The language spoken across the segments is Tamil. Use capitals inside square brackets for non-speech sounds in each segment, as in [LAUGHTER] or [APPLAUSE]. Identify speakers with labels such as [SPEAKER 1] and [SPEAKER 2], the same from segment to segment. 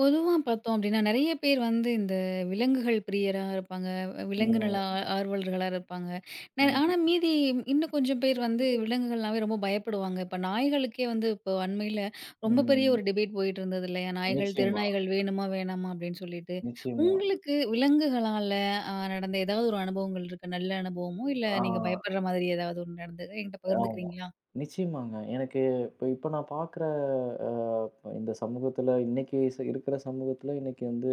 [SPEAKER 1] பொதுவா பார்த்தோம் அப்டின்னா, நெறைய பேர் வந்து இந்த விலங்குகள் பிரியரா இருப்பாங்க. விலங்கு நல
[SPEAKER 2] ம்.
[SPEAKER 1] ஆர்வலர்களா இருப்பாங்க. ஆனா
[SPEAKER 2] ம்.
[SPEAKER 1] மீதி இன்னும் கொஞ்சம் பேர் வந்து விலங்குகள்னாவே ரொம்ப பயப்படுவாங்க. இப்ப நாய்களுக்கே வந்து இப்போ அண்மையில ரொம்ப பெரிய
[SPEAKER 2] ம்.
[SPEAKER 1] ஒரு டிபேட் போயிட்டு இருந்தது இல்லையா? நாய்கள்,
[SPEAKER 2] நிச்சயமா,
[SPEAKER 1] தெருநாய்கள் வேணுமா? வேணாமா? அப்டின்னு சொல்லிட்டு.
[SPEAKER 2] நிச்சயமா.
[SPEAKER 1] உங்களுக்கு விலங்குகளால நடந்த ஏதாவது ஒரு அனுபவங்கள் இருக்கா? நல்ல அனுபவமோ, இல்ல
[SPEAKER 2] ஆ
[SPEAKER 1] நீங்க பயப்படுற மாதிரி ஏதாவது ஒண்ணு நடந்தது? என்கிட்ட
[SPEAKER 2] ஆமா.
[SPEAKER 1] பகிர்ந்துக்கிறீங்களா?
[SPEAKER 2] நிச்சயமாங்க. எனக்கு இப்ப இப்ப நான் பார்க்குற அ இந்த சமூகத்துல இன்னைக்கு இருக்கிற சமூகத்துல இன்னைக்கு வந்து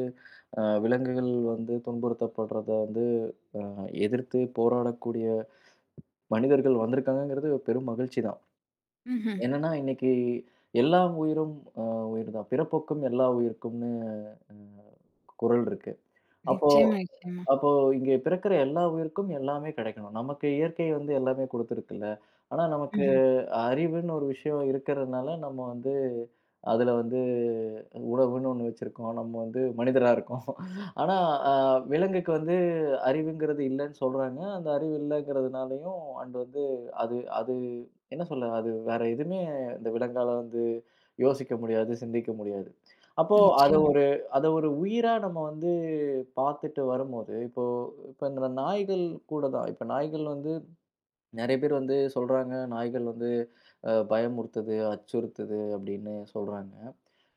[SPEAKER 2] விலங்குகள் வந்து துன்புறுத்தப்படுறத வந்து அ எதிர்த்து போராடக்கூடிய மனிதர்கள் வந்திருக்காங்கங்கிறது ஒரு பெரும் மகிழ்ச்சி தான்.
[SPEAKER 1] ம்ஹ்ம்.
[SPEAKER 2] என்னன்னா, இன்னைக்கு எல்லா உயிரும் அ உயிர் தான். பிறப்பொக்கும் எல்லா உயிர்க்கும்னு அ குறள் இருக்கு. அப்ப
[SPEAKER 1] நிச்சயமா, நிச்சயமா.
[SPEAKER 2] அப்போ இங்கே பிறக்கிற எல்லா உயிருக்கும் எல்லாமே கிடைக்கணும். நமக்கு இயற்கை வந்து எல்லாமே குடுத்துருக்குல்ல. ஆனா, நமக்கு
[SPEAKER 1] ம்ஹ்ம்.
[SPEAKER 2] அறிவுன்னு ஒரு விஷயம் இருக்கிறதுனால, நம்ம வந்து அதில வந்து உணவுன்னு ஒண்ணு வச்சிருக்கோம். நம்ம வந்து மனிதரா இருக்கோம். ஆனா, அ விலங்குக்கு வந்து அறிவுங்கிறது இல்லன்னு சொல்றாங்க. அந்த அறிவு இல்லங்கிறதுனாலயும் அண்ட் வந்து அது அது என்ன சொல்ல? அது வேற எதுவுமே இந்த விலங்கால வந்து யோசிக்க முடியாது, சிந்திக்க முடியாது. அப்போ அத
[SPEAKER 1] நிச்சயமா,
[SPEAKER 2] ஒரு அத ஒரு உயிரா நம்ம வந்து பார்த்துட்டு வரும்போது, இப்ப இந்த நாய்கள் கூட தான். இப்ப நாய்கள் வந்து நெறைய பேர் வந்து சொல்றாங்க, நாய்கள் வந்து பயமுறுத்துது, அச்சுறுத்துது அப்படின்னு சொல்றாங்க.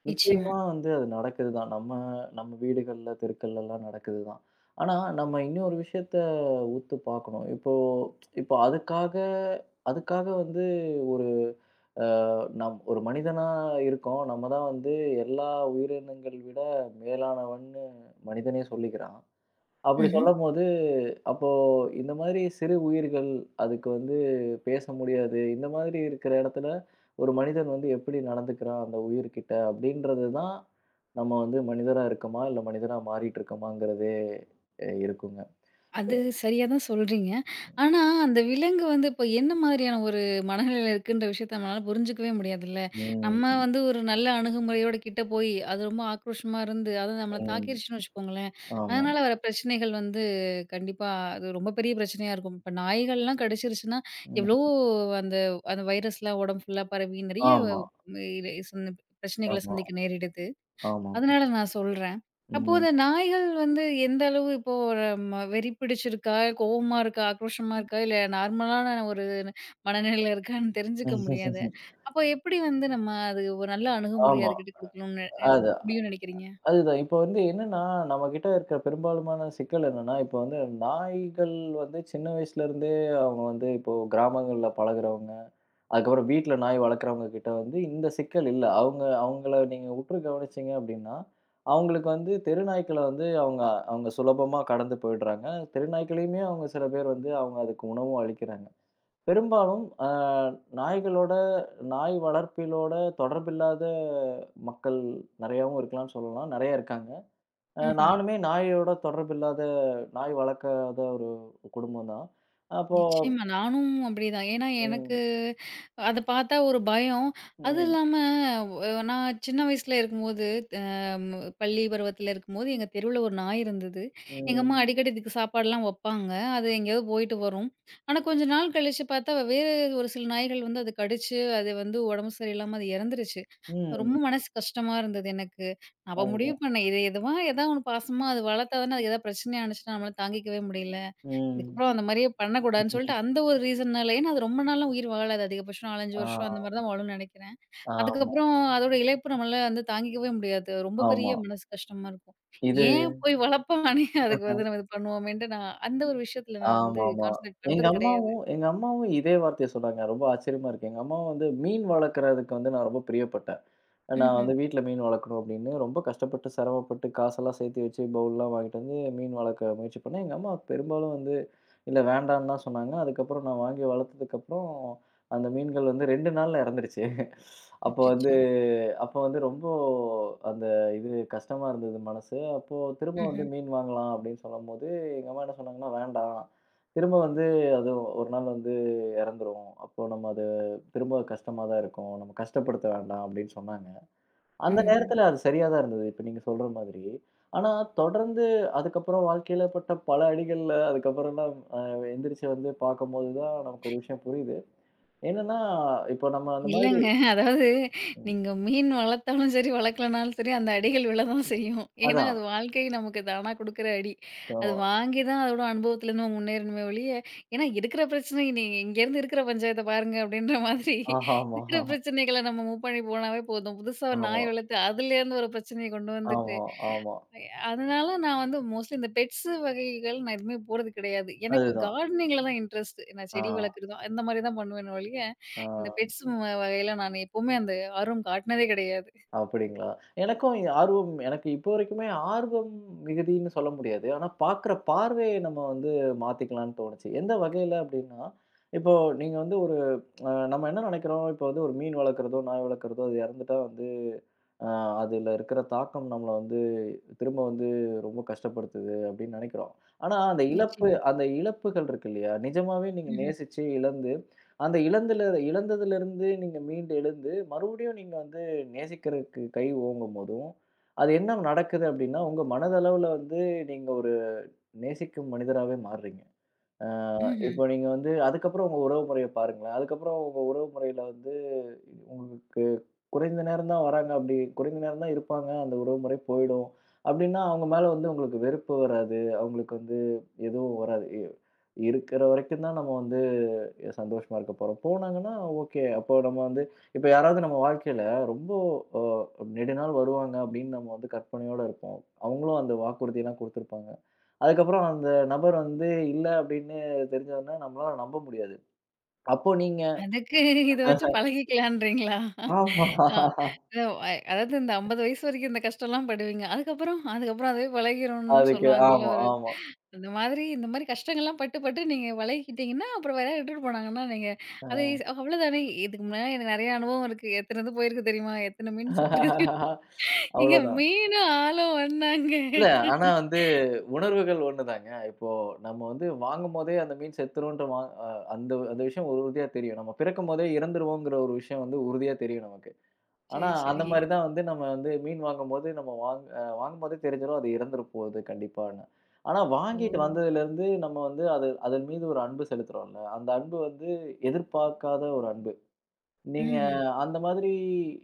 [SPEAKER 1] நிச்சயமா.
[SPEAKER 2] நிச்சயமா வந்து அது நடக்குது தான். நம்ம நம்ம வீடுகள்ல, தெருக்கள்லலாம் நடக்குது தான். ஆனா, நம்ம இன்னொரு விஷயத்த உத்து பார்க்கணும். இப்போ இப்போ அதுக்காக அதுக்காக வந்து ஒரு அ ஒரு மனிதனா இருக்கோம். நம்ம தான் வந்து எல்லா உயிரினங்கள் விட மேலானவன்னு மனிதனே சொல்லிக்கிறான். அப்படி
[SPEAKER 1] ம்ஹ்ம்.
[SPEAKER 2] சொல்லும்போது அப்போ இந்த மாதிரி சிறு உயிர்கள், அதுக்கு வந்து பேச முடியாது. இந்த மாதிரி இருக்கிற இடத்துல, ஒரு மனிதன் வந்து எப்படி நடந்துக்கிறான் அந்த உயிர்கிட்ட அப்படின்றது தான், நம்ம வந்து மனிதரா இருக்கோமா, இல்ல மனிதனா மாறிட்டு இருக்கோமாங்கிறதே இருக்குங்க.
[SPEAKER 1] அது சரியா தான் சொல்றீங்க. ஆனா, அந்த விலங்கு வந்து இப்ப என்ன மாதிரியான ஒரு மனநிலையில இருக்குன்ற விஷயத்த நம்மளால புரிஞ்சுக்கவே முடியாதுல்ல.
[SPEAKER 2] ம்,
[SPEAKER 1] நம்ம
[SPEAKER 2] ம்.
[SPEAKER 1] வந்து ஒரு நல்ல அணுகுமுறையோட கிட்ட போய், அது ரொம்ப ஆக்ரோஷமா இருந்து, அது நம்மள
[SPEAKER 2] ம்.
[SPEAKER 1] தாக்கிருச்சுன்னு வச்சுக்கோங்களேன்,
[SPEAKER 2] ஆமா.
[SPEAKER 1] அதனால
[SPEAKER 2] ஆமா.
[SPEAKER 1] வர பிரச்சனைகள் வந்து கண்டிப்பா அது ரொம்ப பெரிய பிரச்சனையா இருக்கும். இப்ப நாய்கள்லாம் கடிச்சிருச்சுன்னா, எவ்வளோ
[SPEAKER 2] ம்.
[SPEAKER 1] அந்த அந்த வைரஸ்லாம் உடம்பு ஃபுல்லா பரவி நெறைய
[SPEAKER 2] ஆமா,
[SPEAKER 1] இ பிரச்சனைகள
[SPEAKER 2] ஆமா,
[SPEAKER 1] சந்திக்க நேரிடுது.
[SPEAKER 2] ஆமா.
[SPEAKER 1] அதனால நான் சொல்றேன். அப்போ அந்த
[SPEAKER 2] ம்.
[SPEAKER 1] நாய்கள் வந்து எந்த அளவு இப்போ ஒரு வெறி பிடிச்சிருக்கா, கோவமா இருக்கா, ஆக்ரோஷமா இருக்கா, இல்ல நார்மலான ஒரு மனநிலையில இருக்கான்னு தெரிஞ்சுக்க முடியாது.
[SPEAKER 2] [LAUGHS]
[SPEAKER 1] அப்போ எப்படி வந்து நம்ம அது ஒரு நல்ல அணுகுமுறை
[SPEAKER 2] ஆமா.
[SPEAKER 1] அதுகிட்ட குடுக்கணும்னு
[SPEAKER 2] அது
[SPEAKER 1] முடியும்னு நினைக்கிறீங்க?
[SPEAKER 2] அதுதான். இப்ப வந்து என்னன்னா, நம்மகிட்ட இருக்கிற பெரும்பாலுமான சிக்கல் என்னன்னா, இப்ப வந்து நாய்கள் வந்து சின்ன வயசுலருந்தே அவங்க வந்து இப்போ கிராமங்கள்ல பழகுறவங்க, அதுக்கப்புறம் வீட்ல நாய் வளர்க்குறவங்க கிட்ட வந்து இந்த சிக்கல் இல்ல. அவங்க அவங்கள நீங்க உற்று கவனிச்சீங்க அப்படின்னா, அவங்களுக்கு வந்து தெரு நாய்க்கள வந்து அவங்க அவங்க சுலபமா கடந்து போயிடுறாங்க. தெரு நாய்க்களையுமே அவங்க சில பேர் வந்து அவங்க அதுக்கு உணவும் அளிக்கிறாங்க. பெரும்பாலும் நாய்களோட நாய் வளர்ப்பிலோட தொடர்பில்லாத மக்கள் நெறையாவும் இருக்கலாம்னு சொல்லலாம். நெறைய இருக்காங்க.
[SPEAKER 1] ம்ஹ்ம்.
[SPEAKER 2] நானுமே நாயோட தொடர்பு இல்லாத, நாய் வளர்க்காத ஒரு குடும்பம் தான். அப்போ
[SPEAKER 1] நிச்சயமா. நானும் அப்படிதான். ஏன்னா, எனக்கு
[SPEAKER 2] ம்.
[SPEAKER 1] அத பார்த்தா ஒரு பயம். அதுவும்
[SPEAKER 2] ம்.
[SPEAKER 1] இல்லாம நான் சின்ன வயசுல இருக்கும்போது, அ ம் பள்ளி பருவத்துல இருக்கும்போது, எங்க தெருவுல ஒரு நாய் இருந்தது. எங்க அம்மா அடிக்கடி
[SPEAKER 2] ம்.
[SPEAKER 1] இதுக்கு சாப்பாடுலாம் வப்பாங்க. அது எங்கேயாவது போயிட்டு வரும். ஆனா, கொஞ்ச நாள் கழிச்சு பார்த்தா, வேற ஒரு சில நாய்கள் வந்து அது கடிச்சு, அது வந்து உடம்பு சரியில்லாம அது இறந்துருச்சு. ரொம்ப
[SPEAKER 2] ம்.
[SPEAKER 1] மனசு கஷ்டமா இருந்தது எனக்கு. நான் அப்ப முடிவு
[SPEAKER 2] அதுதான்.
[SPEAKER 1] பண்ணேன், இது எதுவா ஏதா ஒண்ணு பாசமா அது வளர்த்தா தானே, அது ஏதாவது பிரச்சனை ஆனுச்சுன்னா நம்மளால தாங்கிக்கவே முடியல.
[SPEAKER 2] ம்.
[SPEAKER 1] இதுக்கப்புறம் அந்த மாரியே பண்ணக்கூடாதுன்னு சொல்லிட்டு, அந்த ஒரு ரீசன்னால ஏன்னா, அது ரொம்ப நாள்லாம் உயிர் வாழாது. அதிகபட்சம் 4, 5
[SPEAKER 2] ஆ.
[SPEAKER 1] வருஷம் அந்த மாரி தான் வாழும்னு நெனைக்கிறேன்.
[SPEAKER 2] ஆமா,
[SPEAKER 1] அதுக்கப்புறம் அதோட இழப்பு நம்மளால வந்து தாங்கிக்கவே முடியாது. ரொம்ப
[SPEAKER 2] ஆமா.
[SPEAKER 1] பெரிய மனசு கஷ்டமா இருக்கும்.
[SPEAKER 2] இது
[SPEAKER 1] ஏன் போய் வளர்ப்பானே [LAUGHS] அதுக்கு வந்து நம்ம இது பண்ணுவோமேன்ட்டு நான் அந்த ஒரு விஷயத்துல நான் வந்து
[SPEAKER 2] ஆமாமா.
[SPEAKER 1] கான்சன்ட்ரேட்
[SPEAKER 2] எங்க
[SPEAKER 1] பண்றது கிடையாது.
[SPEAKER 2] அம்மாவும் எங்க அம்மாவும் இதே வார்த்தைய சொன்னாங்க. ரொம்ப ஆச்சரியமா இருக்கு. எங்க அம்மாவும் வந்து மீன் வளர்க்கறதுக்கு வந்து நான் ரொம்ப பிரியப்பட்டேன். நான்
[SPEAKER 1] ம்ஹ்ம்.
[SPEAKER 2] வந்து வீட்ல மீன் வளர்க்கணும் அப்படின்னு ரொம்ப கஷ்டப்பட்டு, சிரமப்பட்டு காசெல்லாம் சேர்த்து வச்சு, பவுல்லாம் வாங்கிட்டு வந்து மீன் வளர்க்க முயற்சி பண்ணேன். எங்க அம்மா பெரும்பாலும் வந்து, இல்ல வேண்டான்னு தான் சொன்னாங்க. அதுக்கப்புறம் நான் வாங்கி வளர்த்ததுக்கப்புறம், அந்த மீன்கள் வந்து 2 நாள்ல இறந்துருச்சு. அப்போ வந்து
[SPEAKER 1] அச்சச்சோ!
[SPEAKER 2] அப்போ வந்து ரொம்ப அந்த இது கஷ்டமா இருந்தது மனசு. அப்போ திரும்ப வந்து
[SPEAKER 1] ம்ஹ்ம்.
[SPEAKER 2] மீன் வாங்கலாம் அப்படின்னு சொல்லும்போது, எங்க அம்மா என்ன சொன்னாங்கன்னா, "வேண்டாம். திரும்ப வந்து அது ஒரு நாள் வந்து இறந்துரும். அப்போ நம்ம அது திரும்ப கஷ்டமா தான் இருக்கும். நம்ம கஷ்டப்படுத்த வேண்டாம் அப்படின்னு சொன்னாங்க. அந்த
[SPEAKER 1] ம்ஹ்ம்.
[SPEAKER 2] நேரத்துல அது சரியா தான் இருந்தது. இப்ப நீங்க சொல்ற மாதிரி. ஆனா தொடர்ந்து அதுக்கப்புறம் வாழ்க்கையில பட்ட பல அடிகள்ல அதுக்கப்புறம்லாம் எந்திரிச்சு வந்து பார்க்கும்போது தான் நமக்கு ஒரு விஷயம் புரியுது. என்னன்னா, இப்போ நம்ம அந்த மாதிரி
[SPEAKER 1] இல்லங்க. அதாவது நீங்க மீன் வளர்த்தாலும் சரி, வளர்க்கலனாலும் சரி அந்த அடிகள் விழதான் செய்யும். ஏன்னா,
[SPEAKER 2] அதான்.
[SPEAKER 1] அது வாழ்க்கை நமக்கு தானா குடுக்குற அடி. அது
[SPEAKER 2] ஆமா.
[SPEAKER 1] வாங்கி தான் அதோட அனுபவத்துல நம்ம முன்னேறணுமே ஒழிய, ஏன்னா இருக்கிற பிரச்சனை நீ இங்கேருந்து இருக்கிற பஞ்சாயத்த பாருங்க அப்படின்ற மாதிரி
[SPEAKER 2] ஆமா,
[SPEAKER 1] இருக்கிற
[SPEAKER 2] ஆமா,
[SPEAKER 1] பிரச்சனைகள நம்ம மூவ் பண்ணி போனாவே போதும். புதுசா ஒரு
[SPEAKER 2] ஆமா,
[SPEAKER 1] நாய் வளர்த்து அதுலேருந்து ஒரு பிரச்சனைய கொண்டு வந்துட்டு
[SPEAKER 2] ஆமா, ஆமா.
[SPEAKER 1] ஐ அதனால நான் வந்து மோஸ்ட்லி இந்த பெட்ஸ் வகைகள் நான் எதுவுமே போடுறது கிடையாது. எனக்கு
[SPEAKER 2] அதுதான்.
[SPEAKER 1] கார்டனிங்ல தான் இன்ட்ரெஸ்ட். நான் செடி
[SPEAKER 2] ஆ,
[SPEAKER 1] வளர்க்குறதும், அந்த மாரி தான் பண்ணுவேனே ஒழிய,
[SPEAKER 2] ஆ.
[SPEAKER 1] இந்த பெட்ஸ் வகையில நான் எப்பவுமே அந்த ஆர்வம் காட்டுனதே கிடையாது.
[SPEAKER 2] அப்படிங்களா? எனக்கும் ஆர்வம் எனக்கு இப்போ வரைக்குமே ஆர்வம் மிகுதின்னு சொல்ல முடியாது. ஆனா பார்க்குற பார்வைய நம்ம வந்து மாத்திக்கலாம்ன்னு தோணுச்சு. எந்த வகையில அப்படின்னா, இப்போ நீங்க வந்து ஒரு அ நம்ம என்ன நினைக்கிறோம், இப்போ வந்து ஒரு மீன் வளர்க்குறதோ, நாய் வளர்க்குறதோ அது இறந்துட்டா வந்து அ அதுல இருக்கிற தாக்கம் நம்மள வந்து திரும்ப வந்து ரொம்ப கஷ்டப்படுத்துது அப்படின்னு நினைக்கிறோம். ஆனா அந்த இழப்பு
[SPEAKER 1] நிச்சயமா.
[SPEAKER 2] அந்த இழப்புகள் இருக்கு இல்லையா? நிஜமாவே நீங்க
[SPEAKER 1] ம்ஹ்ம்.
[SPEAKER 2] நேசிச்சு இழந்து, அந்த இழந்துல இழந்ததிலிருந்து நீங்க மீண்டு எழுந்து மறுபடியும் நீங்க வந்து நேசிக்கிறதுக்கு கை ஓங்கும்போதும், அது என்ன நடக்குது அப்படின்னா, உங்க மனதளவுல வந்து நீங்க ஒரு நேசிக்கும் மனிதராவே மாறுறீங்க. அ
[SPEAKER 1] ம்ஹ்ம்.
[SPEAKER 2] இப்போ நீங்க வந்து அதுக்கப்புறம் உங்க உறவு முறைய பாருங்களேன். அதுக்கப்புறம் உங்க உறவு முறையில வந்து உங்களுக்கு குறைந்த நேரம் தான் வராங்க. அப்படி குறைந்த நேரம் தான் இருப்பாங்க. அந்த உறவுமுறை போயிடும். அப்படின்னா, அவங்க மேல வந்து உங்களுக்கு வெறுப்பு வராது. அவங்களுக்கு வந்து எதுவும் வராது. இருக்கிற வரைக்கும் தான் நம்ம வந்து சந்தோஷமா இருக்க போறோம். போனாங்கன்னா ஓகே. அப்போ நம்ம வந்து இப்ப யாராவது நம்ம வாழ்க்கையில ரொம்ப அ நெடுநாள் வருவாங்க அப்படின்னு நம்ம வந்து கற்பனையோட இருப்போம். அவங்களும் அந்த வாக்குறுதிலாம் குடுத்துருப்பாங்க. அதுக்கப்புறம் அந்த நபர் வந்து இல்ல அப்படின்னு தெரிஞ்சோனே நம்மளால நம்ப முடியாது. அப்போ நீங்க
[SPEAKER 1] அதுக்கு இத வச்சு
[SPEAKER 2] [LAUGHS]
[SPEAKER 1] பழகிக்கலான்றீங்களா?
[SPEAKER 2] ஆமா.
[SPEAKER 1] ஆ அத- அ ஐ அதாவது இந்த 50 வயசு வரைக்கும் இந்த கஷ்டம்லாம் படுவீங்க. அதுக்கப்புறம் அதுக்கப்புறம் அதுவே பழகிரும்னு
[SPEAKER 2] அதுக்கு
[SPEAKER 1] சொல்லுவாங்கல்ல
[SPEAKER 2] ஆமா,
[SPEAKER 1] ஒரு
[SPEAKER 2] ஆமா.
[SPEAKER 1] இந்த மாதிரி இந்த மாதிரி கஷ்டங்கள்லாம் பட்டு, பட்டு நீங்க பழகிக்கிட்டீங்கன்னா, அப்புறம் வேற யாராவது இட்டுட்டு போனாங்கன்னா, நீங்க அது
[SPEAKER 2] அ.
[SPEAKER 1] ஸ் அவ்வளோதானே. இதுக்கு முன்னாடி எனக்கு நெறைய அனுபவம் இருக்கு. எத்தன இது போயிருக்கு தெரியுமா? எத்தன மீன் செத்துருக்கு தெரியுமா?
[SPEAKER 2] [LAUGHS]
[SPEAKER 1] [LAUGHS] எங்க
[SPEAKER 2] அவ்வளோதான்.
[SPEAKER 1] மீனும் ஆளும் ஒண்ணாங்க.
[SPEAKER 2] இல்ல ஆனா வந்து உணர்வுகள் ஒண்ணுதாங்க. இப்போ நம்ம வந்து வாங்கும்போதே அந்த மீன் செத்துரும்ன்ற வா அ அந்த அந்த விஷயம் ஒரு உறுதியா தெரியும். நம்ம பிறக்கும்போதே இறந்துருவோங்கிற ஒரு விஷயம் வந்து உறுதியா தெரியும் நமக்கு. ஆனா
[SPEAKER 1] சரி,
[SPEAKER 2] அந்த
[SPEAKER 1] சரி.
[SPEAKER 2] மாரி தான் வந்து நம்ம வந்து மீன் வாங்கும்போது நம்ம வாங்கும்போதே தெரிஞ்சிரும் அது இறந்துற போகுது கண்டிப்பான்னு. ஆனா
[SPEAKER 1] ஓ!
[SPEAKER 2] வாங்கிட்டு வந்ததுலேருந்து நம்ம வந்து அது அதன் மீது ஒரு அன்பு செலுத்துறோம்ல. அந்த அன்பு வந்து எதிர்பார்க்காத ஒரு அன்பு. நீங்க
[SPEAKER 1] ம்ஹ்ம்.
[SPEAKER 2] அந்த மாதிரி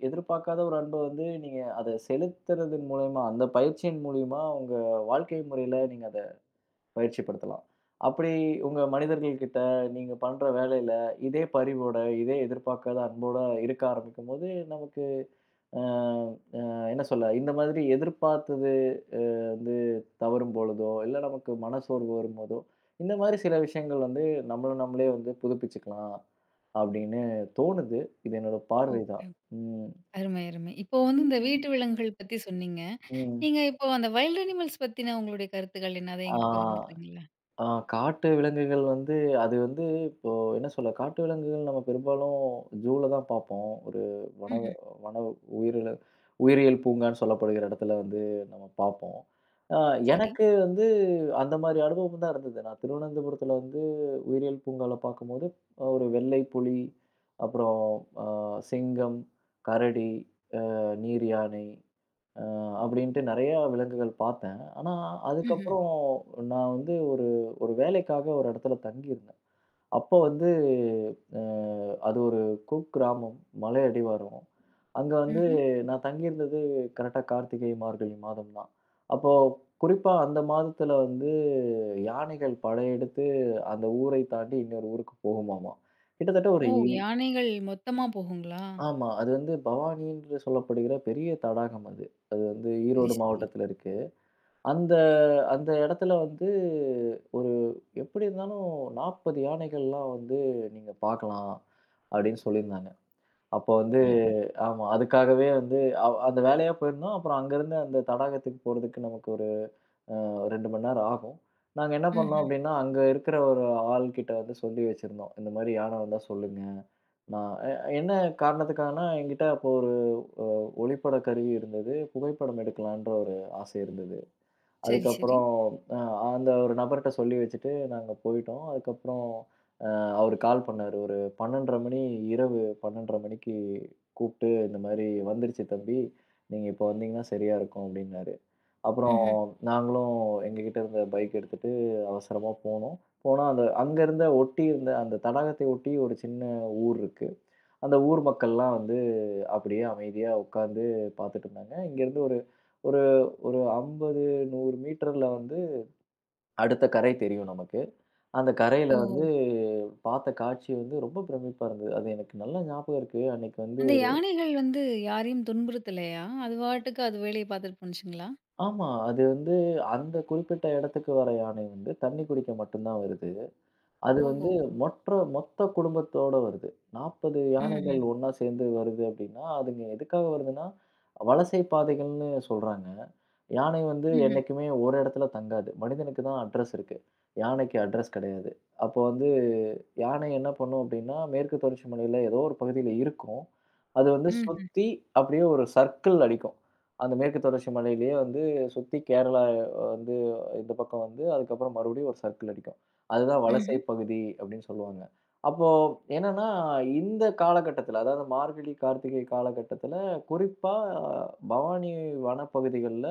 [SPEAKER 2] எதிர்பார்க்காத ஒரு அன்ப வந்து, நீங்க அத செலுத்துறதன் மூலியமா, அந்த பயிற்சியின் மூலியமா உங்க வாழ்க்கை முறையில நீங்க அத பயிற்சிப்படுத்தலாம். அப்படி உங்க மனிதர்கள் கிட்ட நீங்க பண்ற வேலையில இதே பரிவோட, இதே எதிர்பார்க்காத அன்போட இருக்க ஆரம்பிக்கும்போது, நமக்கு அ அ என்ன சொல்ல, இந்த மாதிரி எதிர்பார்த்தது அ வந்து தவறும் பொழுதோ, இல்ல நமக்கு மனசோர்வு வரும்போதோ, இந்த மாதிரி சில விஷயங்கள் வந்து நம்மள நம்மளே வந்து புதுப்பிச்சுக்கலாம் அப்படின்னு தோணுது. இது என்னோட பார்வை
[SPEAKER 1] ஓகே.
[SPEAKER 2] தான். ம்.
[SPEAKER 1] அருமை, அருமை. இப்போ வந்து இந்த வீட்டு
[SPEAKER 2] ம்.
[SPEAKER 1] விலங்குகள் பத்தி சொன்னீங்க.
[SPEAKER 2] ம்.
[SPEAKER 1] நீங்க இப்போ அந்த வைல்ட் அனிமல்ஸ் பத்தின உங்களுடைய கருத்துக்கள் என்ன? அத
[SPEAKER 2] ஆ.
[SPEAKER 1] என்கிட்ட பகிர்ந்துக்கிறீங்களா?
[SPEAKER 2] ஆ காட்டு விலங்குகள் வந்து அது வந்து இப்போ என்ன சொல்ல, காட்டு விலங்குகள் நம்ம பெரும்பாலும் ஜூல தான் பார்ப்போம். ஒரு வன
[SPEAKER 1] ம்ஹ்ம்.
[SPEAKER 2] வன உயிரில உயிரியல் பூங்கான்னு சொல்லப்படுகிற இடத்துல வந்து நம்ம பார்ப்போம். ஆ
[SPEAKER 1] சரி.
[SPEAKER 2] எனக்கு வந்து அந்த மாரி அனுபவம் தான் இருந்தது. நான் திருவனந்தபுரத்துல வந்து உயிரியல் பூங்கால பார்க்கும்போது, ஒரு வெள்ளை புலி, அப்புறம் அ சிங்கம், கரடி, நீர் யானை அ அப்படின்ட்டு நெறையா விலங்குகள் பார்த்தேன். ஆனா,
[SPEAKER 1] ம்ஹ்ம்.
[SPEAKER 2] அதுக்கப்புறம் நான் வந்து ஒரு ஒரு வேலைக்காக ஒரு இடத்துல தங்கியிருந்தேன். அப்போ வந்து அ அது ஒரு குக்கிராமம், மலை அடிவாரம். அங்க வந்து
[SPEAKER 1] ம்ஹ்ம்.
[SPEAKER 2] நான் தங்கியிருந்தது கரெக்ட்டா கார்த்திகை, மார்கழி மாதம் தான். அப்போ குறிப்பா அந்த மாதத்துல வந்து யானைகள் படையெடுத்து அந்த ஊரை தாண்டி இன்னொரு ஊருக்கு போகுமாமா. கிட்டத்தட்ட ஒரு
[SPEAKER 1] ஓ!
[SPEAKER 2] ஓ!
[SPEAKER 1] யானைகள் மொத்தமா
[SPEAKER 2] ம்.
[SPEAKER 1] போகுங்களா?
[SPEAKER 2] ஆமா. அது வந்து பவானி என்று சொல்லப்படுகிற பெரிய தடாகம் அது. அது வந்து
[SPEAKER 1] சரி,
[SPEAKER 2] ஈரோடு
[SPEAKER 1] சரி.
[SPEAKER 2] மாவட்டத்துல இருக்கு. அந்த அந்த இடத்துல வந்து ஒரு எப்படி இருந்தாலும் 40 யானைகள்லாம் வந்து நீங்க பார்க்கலாம் அப்படின்னு சொல்லியிருந்தாங்க. அப்போ வந்து
[SPEAKER 1] ஓ!
[SPEAKER 2] ஆமா. அதுக்காகவே வந்து அந்த வேலையா போயிருந்தோம். அப்புறம் அங்கருந்து அந்த தடாகத்துக்கு போறதுக்கு நமக்கு ஒரு ஒரு 2 மணி நேரம் ஆகும். நாங்க என்ன பண்ணோம்
[SPEAKER 1] ம்ஹ்ம்.
[SPEAKER 2] அப்டின்னா, அங்க இருக்கிற ஒரு ஆள்கிட்ட வந்து சொல்லி வச்சிருந்தோம். இந்த மாரி யானை வந்தா சொல்லுங்க. நான் என்ன காரணத்துக்காகன்னா, என்கிட்ட அப்போ ஒரு அ ஒளிப்பட கருவி இருந்தது. புகைப்படம் எடுக்கலான்ற ஒரு ஆசை இருந்தது.
[SPEAKER 1] சரி, சரி.
[SPEAKER 2] அதுக்கப்புறம் அ அந்த ஒரு நபர்ட்ட சொல்லி வச்சுட்டு நாங்க போயிட்டோம். அதுக்கப்புறம் அவரு கால் பண்ணாரு. ஒரு 12:30 மணி இரவு 12:30 மணிக்கு கூப்ட்டு, "இந்த மாரி வந்துருச்சு தம்பி. நீங்க இப்போ வந்தீங்கன்னா சரியா இருக்கும்" அப்டின்னாரு. அப்புறம்
[SPEAKER 1] ம்ஹ்ம்.
[SPEAKER 2] நாங்களும் எங்ககிட்ட இருந்த பைக் எடுத்துட்டு அவசரமா போனோம். போனா அந்த அங்க இருந்த ஒட்டி இருந்த அந்த தடாகத்தை ஒட்டி ஒரு சின்ன ஊர் இருக்கு. அந்த ஊர் மக்கள்லாம் வந்து அப்படியே அமைதியா உட்கார்ந்து பார்த்துட்டு இருந்தாங்க. இங்கேருந்து ஒரு ஒரு ஒரு 50, 100 மீட்டர்ல வந்து அடுத்த கரை தெரியும் நமக்கு. அந்த கரையில
[SPEAKER 1] ஓஹோ!
[SPEAKER 2] வந்து பார்த்த காட்சி வந்து ரொம்ப பிரமிப்பா இருந்தது. அது எனக்கு நல்லா ஞாபகம் இருக்கு. அன்னைக்கு வந்து
[SPEAKER 1] அந்த
[SPEAKER 2] ஒரு
[SPEAKER 1] யானைகள் வந்து யாரையும் துன்புறுத்தலையா? அது பாட்டுக்கு அது வேலைய பார்த்துட்டு போணுச்சுங்களா?
[SPEAKER 2] ஆமா. அது வந்து அந்த குறிப்பிட்ட இடத்துக்கு வர யானை வந்து தண்ணி குடிக்க மட்டும் தான் வருது. அது
[SPEAKER 1] ஓஹோ!
[SPEAKER 2] வந்து மொற்ற மொத்த குடும்பத்தோட வருது. 40 யானைகள்
[SPEAKER 1] ம்ஹ்ம்.
[SPEAKER 2] ஒண்ணா சேர்ந்து வருது அப்படின்னா, அதுங்க எதுக்காக வருதுன்னா, வலசை பாதைகள்னு சொல்றாங்க. யானை வந்து
[SPEAKER 1] ம்ஹ்ம்.
[SPEAKER 2] என்னைக்குமே ஒரு இடத்துல தங்காது. மனிதனுக்கு தான் அட்ரஸ் இருக்கு. யானைக்கு அட்ரஸ் கிடையாது. அப்போ வந்து யானை என்ன பண்ணும் அப்படின்னா, மேற்கு தொடர்ச்சி மலையில ஏதோ ஒரு பகுதியில இருக்கும். அது வந்து
[SPEAKER 1] ம்ஹ்ம்.
[SPEAKER 2] சுத்தி அப்படியே ஒரு சர்க்கிள் அடிக்கும். அந்த மேற்கு தொடர்ச்சி மலையிலேயே வந்து சுத்தி கேரளா வந்து இந்த பக்கம் வந்து, அதுக்கப்புறம் மறுபடியும் ஒரு சர்க்கிள் அடிக்கும். அதுதான் வலசை
[SPEAKER 1] ம்ஹ்ம்.
[SPEAKER 2] பகுதி அப்படின்னு சொல்லுவாங்க. அப்போ என்னன்னா, இந்த காலகட்டத்தில அதாவது மார்கழி, கார்த்திகை காலகட்டத்தில குறிப்பா பவானி வனப்பகுதிகள்ல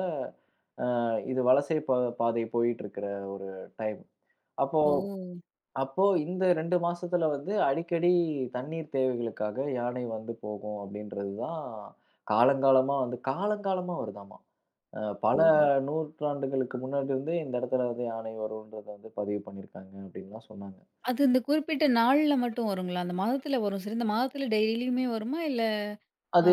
[SPEAKER 2] இது வலசை பாதை போயிட்டுருக்கிற ஒரு டைம். அப்போ
[SPEAKER 1] ஓ!
[SPEAKER 2] அப்போ இந்த 2 மாசத்துல வந்து அடிக்கடி தண்ணீர் தேவைகளுக்காக யானை வந்து போகும் அப்படின்றது தான் காலங்காலமா வருதாமா. பல
[SPEAKER 1] ஓஹோ!
[SPEAKER 2] நூற்றாண்டுகளுக்கு முன்னாடி இருந்தே இந்த இடத்துல வந்து யானை வரும்ன்றத வந்து பதிவு பண்ணியிருக்காங்க அப்படின்லாம் சொன்னாங்க.
[SPEAKER 1] அது இந்த குறிப்பிட்ட நாள்ல மட்டும் வருங்களா? அந்த மாதத்துல வரும். சரி இந்த மாதத்துல டெய்லியுமே
[SPEAKER 2] ம்.
[SPEAKER 1] வருமா? இல்ல அ
[SPEAKER 2] அது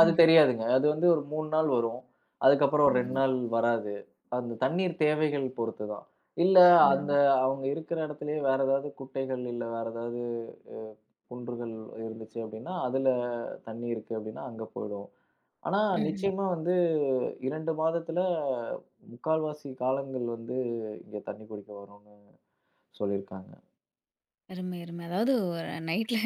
[SPEAKER 2] அது தெரியாதுங்க. அது வந்து ஒரு 3 நாள் வரும். அதுக்கப்புறம் ஒரு 2
[SPEAKER 1] ஓஹோ!
[SPEAKER 2] நாள் வராது. அந்த தண்ணீர் தேவைகள் பொறுத்து தான். இல்ல அந்த
[SPEAKER 1] ம்ஹ்ம்.
[SPEAKER 2] அவங்க இருக்கிற இடத்துலயே வேற ஏதாவது குட்டைகள், இல்ல வேற ஏதாவது அ குன்றுகள் இருந்துச்சு அப்படின்னா, அதுல தண்ணி இருக்கு அப்படின்னா அங்க போயிடும். ஆனா
[SPEAKER 1] ம்ஹ்ம்.
[SPEAKER 2] நிச்சயமா வந்து 2 மாதத்துல 3/4 காலங்கள் வந்து இங்க தண்ணி குடிக்க வரும்னு சொல்லியிருக்காங்க.
[SPEAKER 1] அருமை, அருமை. அதாவது ஒரு நைட்ல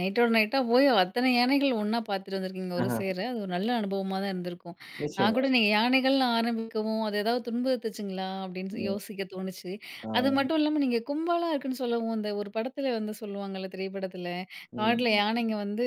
[SPEAKER 1] நைட்டோட நைட்டா போய் அத்தனை யானைகள் ஒண்ணா பார்த்துட்டு வந்திருக்கீங்க ஒரு
[SPEAKER 2] ஆஹ.
[SPEAKER 1] சேர. அது ஒரு நல்ல அனுபவமா தான் இருந்திருக்கும். நான்
[SPEAKER 2] நிச்சயமா.
[SPEAKER 1] கூட நீங்க யானைகள்னு ஆரம்பிக்கவும், அது ஏதாவது துன்புறுத்துச்சுங்களா? அப்படின்னு
[SPEAKER 2] ம்.
[SPEAKER 1] யோசிக்க தோணுச்சு.
[SPEAKER 2] ஆ.
[SPEAKER 1] அது மட்டும் இல்லாம நீங்க கும்பலா இருக்குன்னு சொல்லவும், இந்த ஒரு படத்துல வந்து சொல்லுவாங்கல்ல திரைப்படத்துல, காட்டுல
[SPEAKER 2] ம்.
[SPEAKER 1] யானைங்க வந்து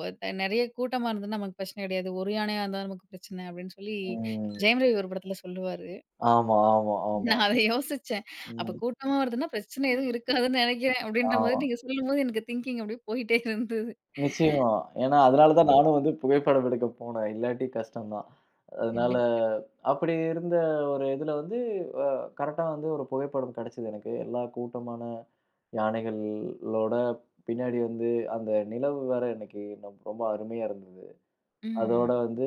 [SPEAKER 1] ஒ த நெறைய கூட்டமா இருந்ததுன்னா நமக்கு பிரச்சனை கிடையாது. ஒரு யானையா இருந்தா நமக்கு பிரச்சனை அப்படின்னு சொல்லி
[SPEAKER 2] ம்.
[SPEAKER 1] ஜெயம் ரவி ஒரு படத்துல சொல்லுவாரு.
[SPEAKER 2] ஆமா, ஆமா, ஆமா.
[SPEAKER 1] நான் அத யோசிச்சேன். அப்ப
[SPEAKER 2] ம்.
[SPEAKER 1] கூட்டமா வருதுன்னா பிரச்சனை எதுவும் இருக்காதுன்னு நெனைக்கிறேன். அப்டின்ற மாரி
[SPEAKER 2] ஆமா.
[SPEAKER 1] நீங்க சொல்லும்போது எனக்கு திங்கிங் அப்டியே போயிட்டே இருந்தது.
[SPEAKER 2] நிச்சயமா. ஏன்னா அதனால தான் நானும் வந்து புகைப்படம் எடுக்க போனேன். இல்லாட்டி கஷ்டம் தான். அதனால
[SPEAKER 1] கண்டிப்பா.
[SPEAKER 2] அப்படி இருந்த ஒரு இதுல வந்து அ கரெக்ட்டா வந்து ஒரு புகைப்படம் கிடைச்சது எனக்கு. எல்லா கூட்டமான யானைகளோட பின்னாடி வந்து அந்த நிலவு வேற எனக்கு இன்னும் ரொம்ப அருமையா இருந்தது.
[SPEAKER 1] ம்ஹ்ம்.
[SPEAKER 2] அதோட வந்து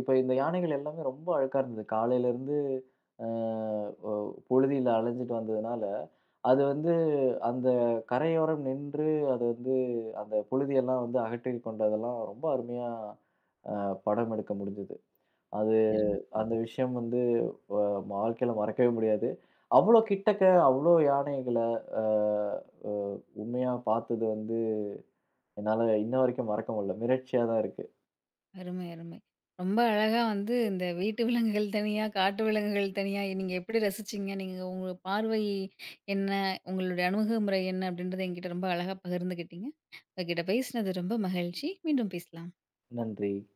[SPEAKER 2] இப்ப இந்த யானைகள் எல்லாமே ரொம்ப அழுக்கா இருந்தது. காலையிலருந்து அ ஒ புழுதியில அலைஞ்சுட்டு வந்ததுனால, அது வந்து அந்த கரையோரம் நின்று அது வந்து அந்த புழுதியெல்லாம் வந்து அகற்றி கொண்டதெல்லாம் ரொம்ப அருமையா அ படம் எடுக்க முடிஞ்சது. அது அந்த விஷயம் வந்து வ வாழ்க்கையில மறக்கவே முடியாது. அவ்ளோ கிட்டக்க அவ்ளோ யானைகள அ அ உண்மையா பார்த்தது வந்து என்னால இன்ன வரைக்கும் மறக்க முடியல. மிரட்சியா தான் இருக்கு.
[SPEAKER 1] அருமை, அருமை, அருமை. ரொம்ப அழகா வந்து இந்த வீட்டு விலங்குகள் தனியா, காட்டு விலங்குகள் தனியா நீங்க எப்படி ரசிச்சீங்க? நீங்க உங்க பார்வை என்ன? உங்களுடைய அணுகுமுறை என்ன? அப்டின்றத என்கிட்ட ரொம்ப அழகா பகிர்ந்துக்கிட்டீங்க. உங்ககிட்ட பேசினது ரொம்ப மகிழ்ச்சி. மீண்டும் பேசலாம்.
[SPEAKER 2] நன்றி.